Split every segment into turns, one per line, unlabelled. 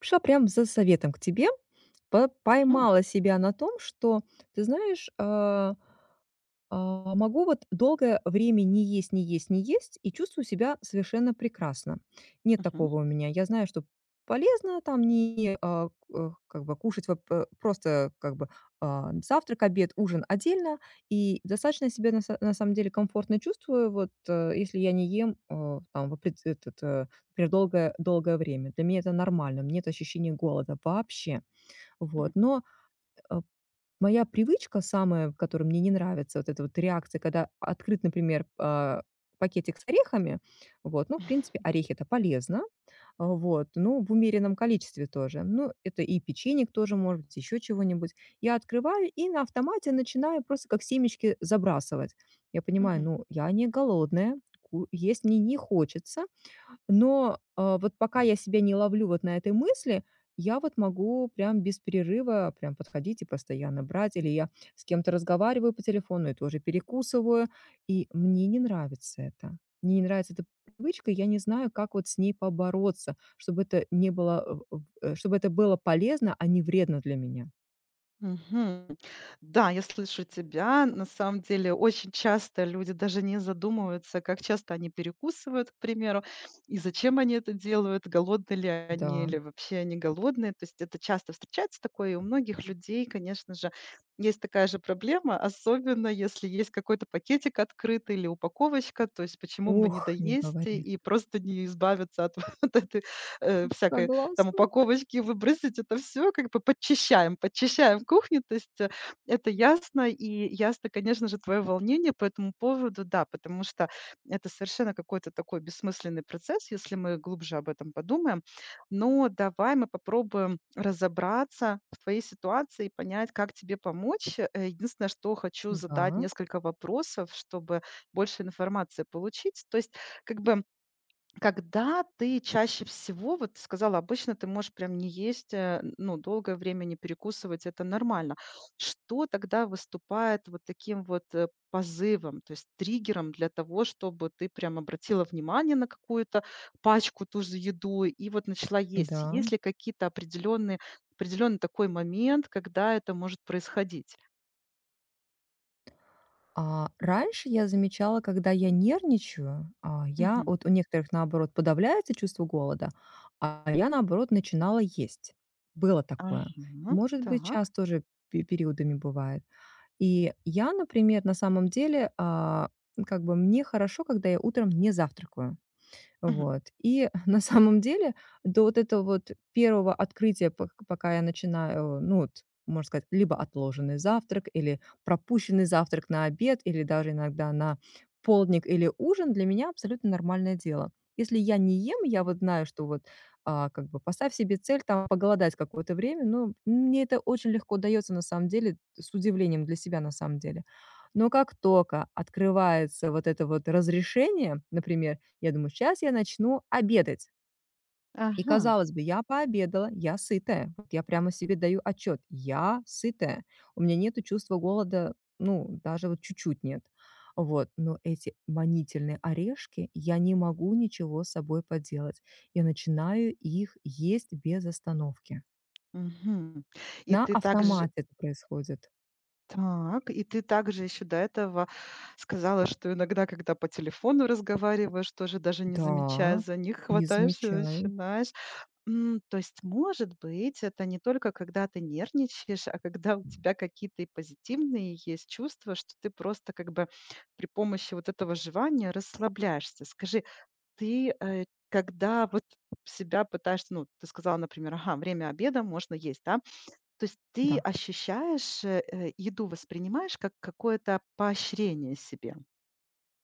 Шла прям за советом к тебе. По
М,
поймала себя на том, что, ты знаешь, могу вот долгое время не есть, не есть, не есть и чувствую себя совершенно прекрасно. Нет
мгм,
такого у меня. Я знаю, что полезно там не как бы кушать вот, просто как бы завтрак, обед, ужин отдельно. И достаточно себя на самом деле комфортно чувствую, если я не ем, там, в опред- этот, э, например, долгое, долгое время. Для меня это нормально, меня нет ощущения голода вообще.
мгм.
Вот. Но э, моя привычка самая, которая мне не нравится, вот эта вот реакция, когда открыт, например, пакетик с орехами. Вот, ну, в принципе, орехи — это полезно, вот, ну в умеренном количестве тоже. Ну, это и печенье тоже, может быть, еще чего-нибудь. Я открываю и на автомате начинаю просто как семечки забрасывать. Я понимаю,
Мгм,
ну, я не голодная, есть мне не хочется, но, вот пока я себя не ловлю вот на этой мысли, я вот могу прям без перерыва прям подходить и постоянно брать. Или я с кем-то разговариваю по телефону и тоже перекусываю. И мне не нравится это. Мне не нравится эта привычка, я не знаю, как вот с ней побороться, чтобы это не было, э, чтобы это было полезно, а не вредно для меня.
мгм. Да, я слышу тебя. На самом деле, очень часто люди даже не задумываются, как часто они перекусывают, к примеру, и зачем они это делают, голодны ли они
Да.
или вообще они голодные. То есть это часто встречается такое, и у многих людей, конечно же, есть такая же проблема, особенно если есть какой-то пакетик открытый или упаковочка, то есть почему бы не
Ох, не
доесть и
говори.
и просто не избавиться от вот этой всякой там
Согласна.
упаковочки выбросить, это все как бы подчищаем, подчищаем кухню. То есть, это ясно, и ясно, конечно же, твое волнение по этому поводу, да, потому что это совершенно какой-то такой бессмысленный процесс, если мы глубже об этом подумаем. Но давай мы попробуем разобраться в твоей ситуации и понять, как тебе помочь. Единственное, что хочу задать
Да,
несколько вопросов, чтобы больше информации получить. То есть как бы когда ты чаще всего, вот ты сказала, обычно ты можешь прям не есть, ну, долгое время не перекусывать, это нормально. Что тогда выступает вот таким вот позывом, то есть триггером для того, чтобы ты прям обратила внимание на какую-то пачку, ту же еду и вот начала есть?
да.
Есть ли какие-то определенный такой момент, когда это может происходить?
Раньше я замечала, когда я нервничаю, я
Мгм.
вот, у некоторых, наоборот, подавляется чувство голода, а я, наоборот, начинала есть. Было такое.
Ага,
Может быть,
так.
сейчас тоже пе периодами бывает. И я, например, на самом деле, как бы мне хорошо, когда я утром не завтракаю.
Мгм.
Вот. И на самом деле до вот этого вот первого открытия, пока я начинаю, ну, вот, можно сказать, либо отложенный завтрак, или пропущенный завтрак на обед, или даже иногда на полдник или ужин, для меня абсолютно нормальное дело. Если я не ем, я
М.
вот знаю, что вот, как бы поставь себе цель там поголодать какое-то время, но мне это очень легко даётся на самом деле, с удивлением для себя на самом деле. Но как только открывается вот это вот разрешение, например, я думаю: "Сейчас я начну обедать". И,
Ага.
казалось бы, я пообедала, я сытая. Вот я прямо себе даю отчет: я сытая. У меня нету чувства голода, ну, даже вот чуть-чуть нет. Вот, но эти манительные орешки, я не могу ничего с собой поделать. Я начинаю их есть без остановки.
Мгм. И
На
ты также
автомате это происходит.
Так, и ты также еще до этого сказала, что иногда, когда по телефону разговариваешь, тоже даже не замечая
Да,
за них,
не
хватаешься и
замечаю.
начинаешь. То есть, может быть, это не только когда ты нервничаешь, а когда у тебя какие-то и позитивные есть чувства, что ты просто как бы при помощи вот этого жевания расслабляешься. Скажи, ты, когда вот себя пытаешься, ну, ты сказала, например, ага, время обеда, можно есть, да? То есть ты
Да.
ощущаешь, еду воспринимаешь как какое-то поощрение себе.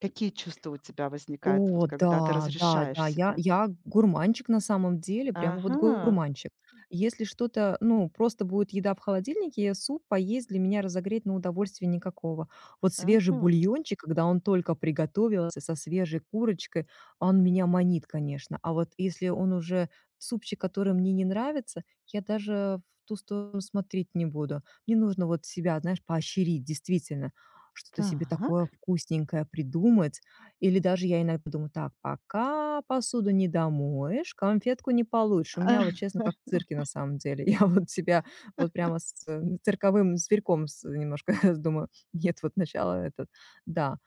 Какие чувства у тебя возникают, вот
О,
когда ты
да, да,
разрешаешь
да, я
себя?
я гурманчик на самом деле, прямо вот
Ага,
гурманчик. Если что-то, ну, просто будет еда в холодильнике, я суп поесть для меня разогреть, на удовольствие никакого. Вот свежий
ага.
бульончик, когда он только приготовился со свежей курочкой, он меня манит, конечно. А вот если он уже супчик, который мне не нравится, я даже в ту сторону смотреть не буду. Мне нужно вот себя, знаешь, поощрить, действительно, что-то себе
Так.
такое вкусненькое придумать, или даже я иногда думаю: "Так, пока посуду не домоешь, конфетку не получишь". У меня вот, честно, как в цирке, на самом деле. Я вот себя вот прямо с, цирковым зверьком с немножко, думаю: "Нет, вот начало этот". Да,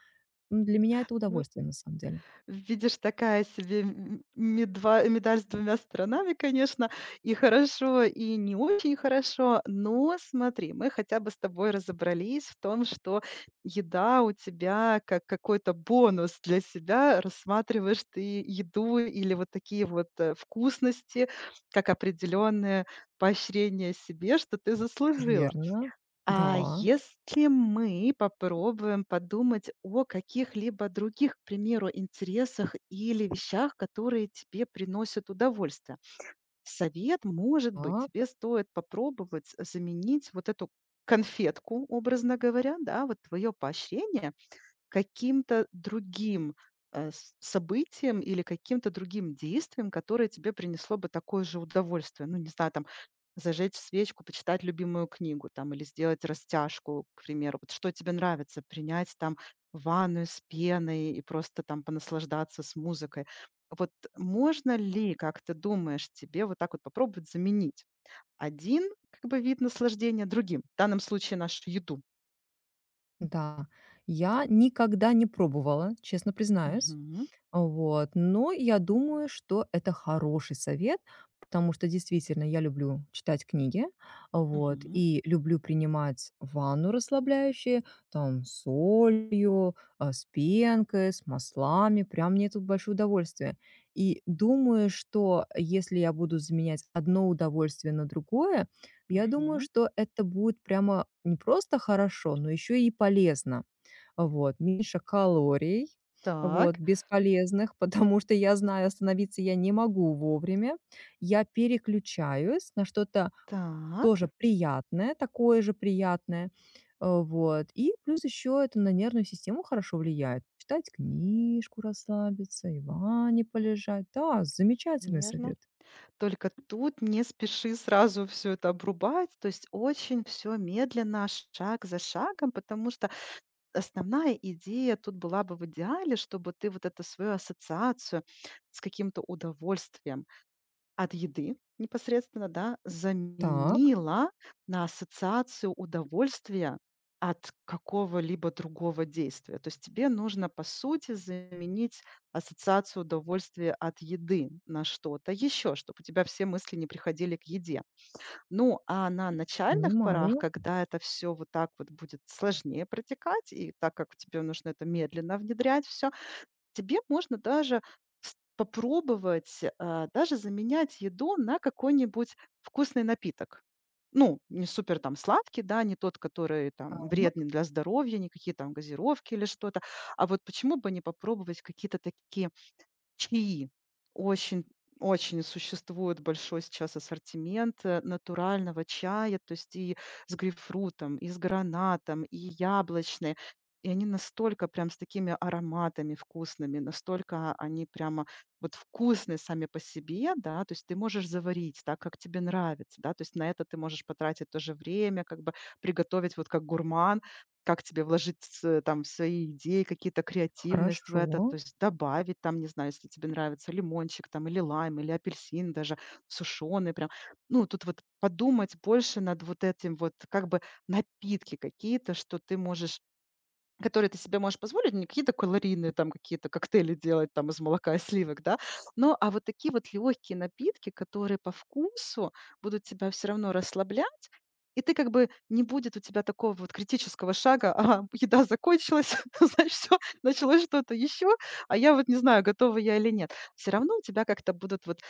для меня это удовольствие, на самом деле.
Видишь, такая себе м медва медаль с двумя сторонами, конечно. И хорошо, и не очень хорошо. Но смотри, мы хотя бы с тобой разобрались в том, что еда у тебя как какой-то бонус для себя. Рассматриваешь ты еду или вот такие вот, вкусности, как определенное поощрение себе, что ты заслужила.
Верно.
А
Да.
если мы попробуем подумать о каких-либо других, к примеру, интересах или вещах, которые тебе приносят удовольствие? Совет, может быть,
Так,
тебе стоит попробовать заменить вот эту конфетку, образно говоря, да, вот твое поощрение каким-то другим событием или каким-то другим действием, которое тебе принесло бы такое же удовольствие. Ну, не знаю, там, зажечь свечку, почитать любимую книгу там или сделать растяжку, к примеру. Вот что тебе нравится? Принять там ванную с пеной и просто там понаслаждаться с музыкой. Вот можно ли, как ты думаешь, тебе вот так вот попробовать заменить один как бы вид наслаждения другим? В данном случае нашу еду.
да. Я никогда не пробовала, честно признаюсь.
Мгм.
Вот. Но я думаю, что это хороший совет, потому что действительно я люблю читать книги, вот,
Мгм.
и люблю принимать ванну расслабляющие, там, с солью, с пенкой, с маслами, прям мне тут большое удовольствие. И думаю, что если я буду заменять одно удовольствие на другое, я думаю,
Мгм.
что это будет прямо не просто хорошо, но еще и полезно. Вот, меньше калорий, вот,
Так,
бесполезных, потому что я знаю, остановиться я не могу вовремя. Я переключаюсь на что-то
так,
тоже приятное, такое же приятное. Вот. И плюс еще это на нервную систему хорошо влияет. Читать книжку, расслабиться, и в ванне полежать. Да, замечательный
верно.
совет.
Только тут не спеши сразу все это обрубать, то есть очень все медленно, шаг за шагом, потому что основная идея тут была бы в идеале, чтобы ты вот эту свою ассоциацию с каким-то удовольствием от еды непосредственно, да,
Так,
заменила на ассоциацию удовольствия от какого-либо другого действия. То есть тебе нужно, по сути, заменить ассоциацию удовольствия от еды на что-то еще, чтобы у тебя все мысли не приходили к еде. Ну, а на начальных порах,
понимаю.
когда это все вот так вот будет сложнее протекать, и так как тебе нужно это медленно внедрять, все Тебе можно даже с попробовать, даже заменять еду на какой-нибудь вкусный напиток. Ну, не супер там сладкий, да, не тот, который там вредный
Так,
для здоровья, никакие там газировки или что-то. А вот почему бы не попробовать какие-то такие чаи. Очень очень существует большой сейчас ассортимент, натурального чая, то есть и с грейпфрутом, и с гранатом, и яблочный. И они настолько прям с такими ароматами вкусными, настолько они прямо вот вкусные сами по себе, да, то есть ты можешь заварить так, как тебе нравится, да, то есть на это ты можешь потратить тоже время, как бы приготовить вот как гурман, как тебе вложить с там свои идеи, какие-то креативность в это, то
хорошо.
есть добавить там, не знаю, если тебе нравится лимончик там или лайм, или апельсин даже сушеный прям. Ну, тут вот подумать больше над вот этим вот как бы напитки какие-то, что ты можешь Которые ты себе можешь позволить, не какие-то калорийные там какие-то коктейли делать там из молока и сливок, да. Но а вот такие вот легкие напитки, которые по вкусу будут тебя все равно расслаблять, и ты как бы не будет у тебя такого вот критического шага: "Ага, еда закончилась, значит, все, началось что-то еще, а я вот не знаю, готова я или нет". Все равно у тебя как-то будут вот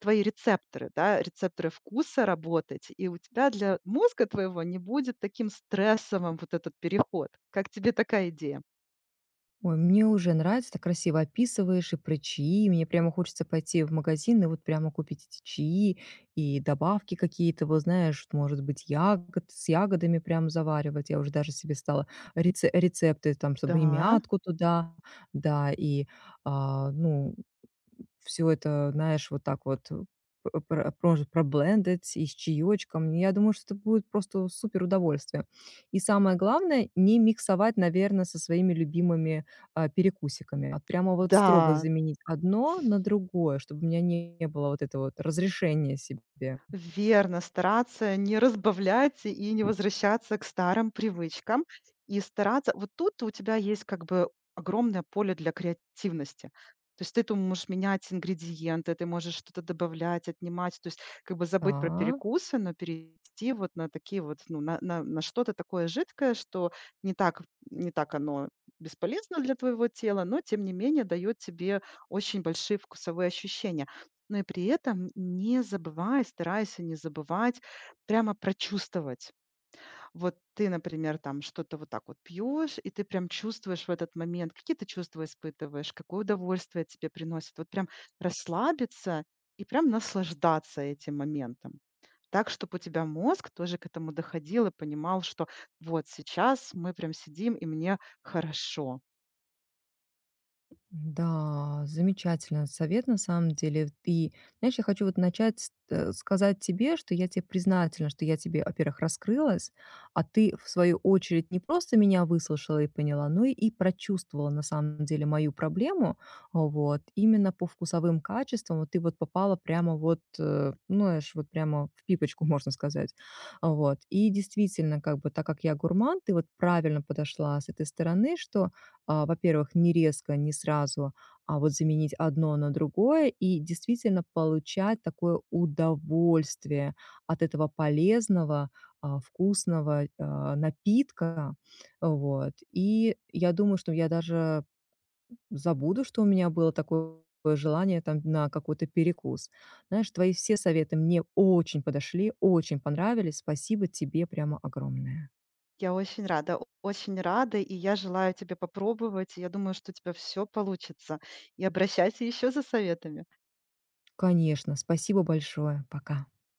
твои рецепторы, да, рецепторы вкуса работать, и у тебя для мозга твоего не будет таким стрессовым вот этот переход. Как тебе такая идея?
Ой, мне уже нравится, так красиво описываешь и про чаи. Мне прямо хочется пойти в магазин и вот прямо купить эти чаи и добавки какие-то, вот, знаешь, вот, может быть, ягод, с ягодами прям заваривать. Я уже даже себе стала рецепты, там, чтобы и
Да,
мятку туда, да, и, а, ну, всё это, знаешь, вот так вот, п про прож проблендить и с чаечком. Я думаю, что это будет просто супер удовольствие. И самое главное, не миксовать, наверное, со своими любимыми, перекусиками. А прямо вот строго
да.
заменить одно на другое, чтобы у меня не было вот этого вот разрешения себе.
Верно, стараться не разбавлять и не возвращаться к старым привычкам. И стараться вот тут у тебя есть как бы огромное поле для креативности. То есть ты тут можешь менять ингредиенты, ты можешь что-то добавлять, отнимать, то есть как бы забыть про перекусы, но перейти вот на такие вот, ну, на что-то такое жидкое, что не так, не так оно бесполезно для твоего тела, но тем не менее дает тебе очень большие вкусовые ощущения. Но и при этом не забывай, старайся не забывать прямо прочувствовать. Вот ты, например, там что-то вот так вот пьешь, и ты прям чувствуешь в этот момент, какие ты чувства испытываешь, какое удовольствие тебе приносит. Вот прям расслабиться и прям наслаждаться этим моментом. Так, чтобы у тебя мозг тоже к этому доходил и понимал, что вот сейчас мы прям сидим, и мне хорошо.
Да, замечательный совет на самом деле. И, знаешь, я хочу вот начать сказать тебе, что я тебе признательна, что я тебе, во-первых, раскрылась, а ты, в свою очередь, не просто меня выслушала и поняла, но и прочувствовала на самом деле мою проблему. Вот, именно по вкусовым качествам вот ты вот попала прямо вот, ну, знаешь, вот прямо в пипочку, можно сказать. Вот. И действительно, как бы, так как я гурман, ты вот правильно подошла с этой стороны, что во-первых, не резко, не сразу, а вот заменить одно на другое и действительно получать такое удовольствие от этого полезного, вкусного, напитка. Вот. И я думаю, что я даже забуду, что у меня было такое желание там на какой-то перекус. Знаешь, твои все советы мне очень подошли, очень понравились. Спасибо тебе прямо огромное.
Я очень рада, о очень рада, и я желаю тебе попробовать. И я думаю, что у тебя всё получится. И обращайся еще за советами.
Конечно, спасибо большое. Пока.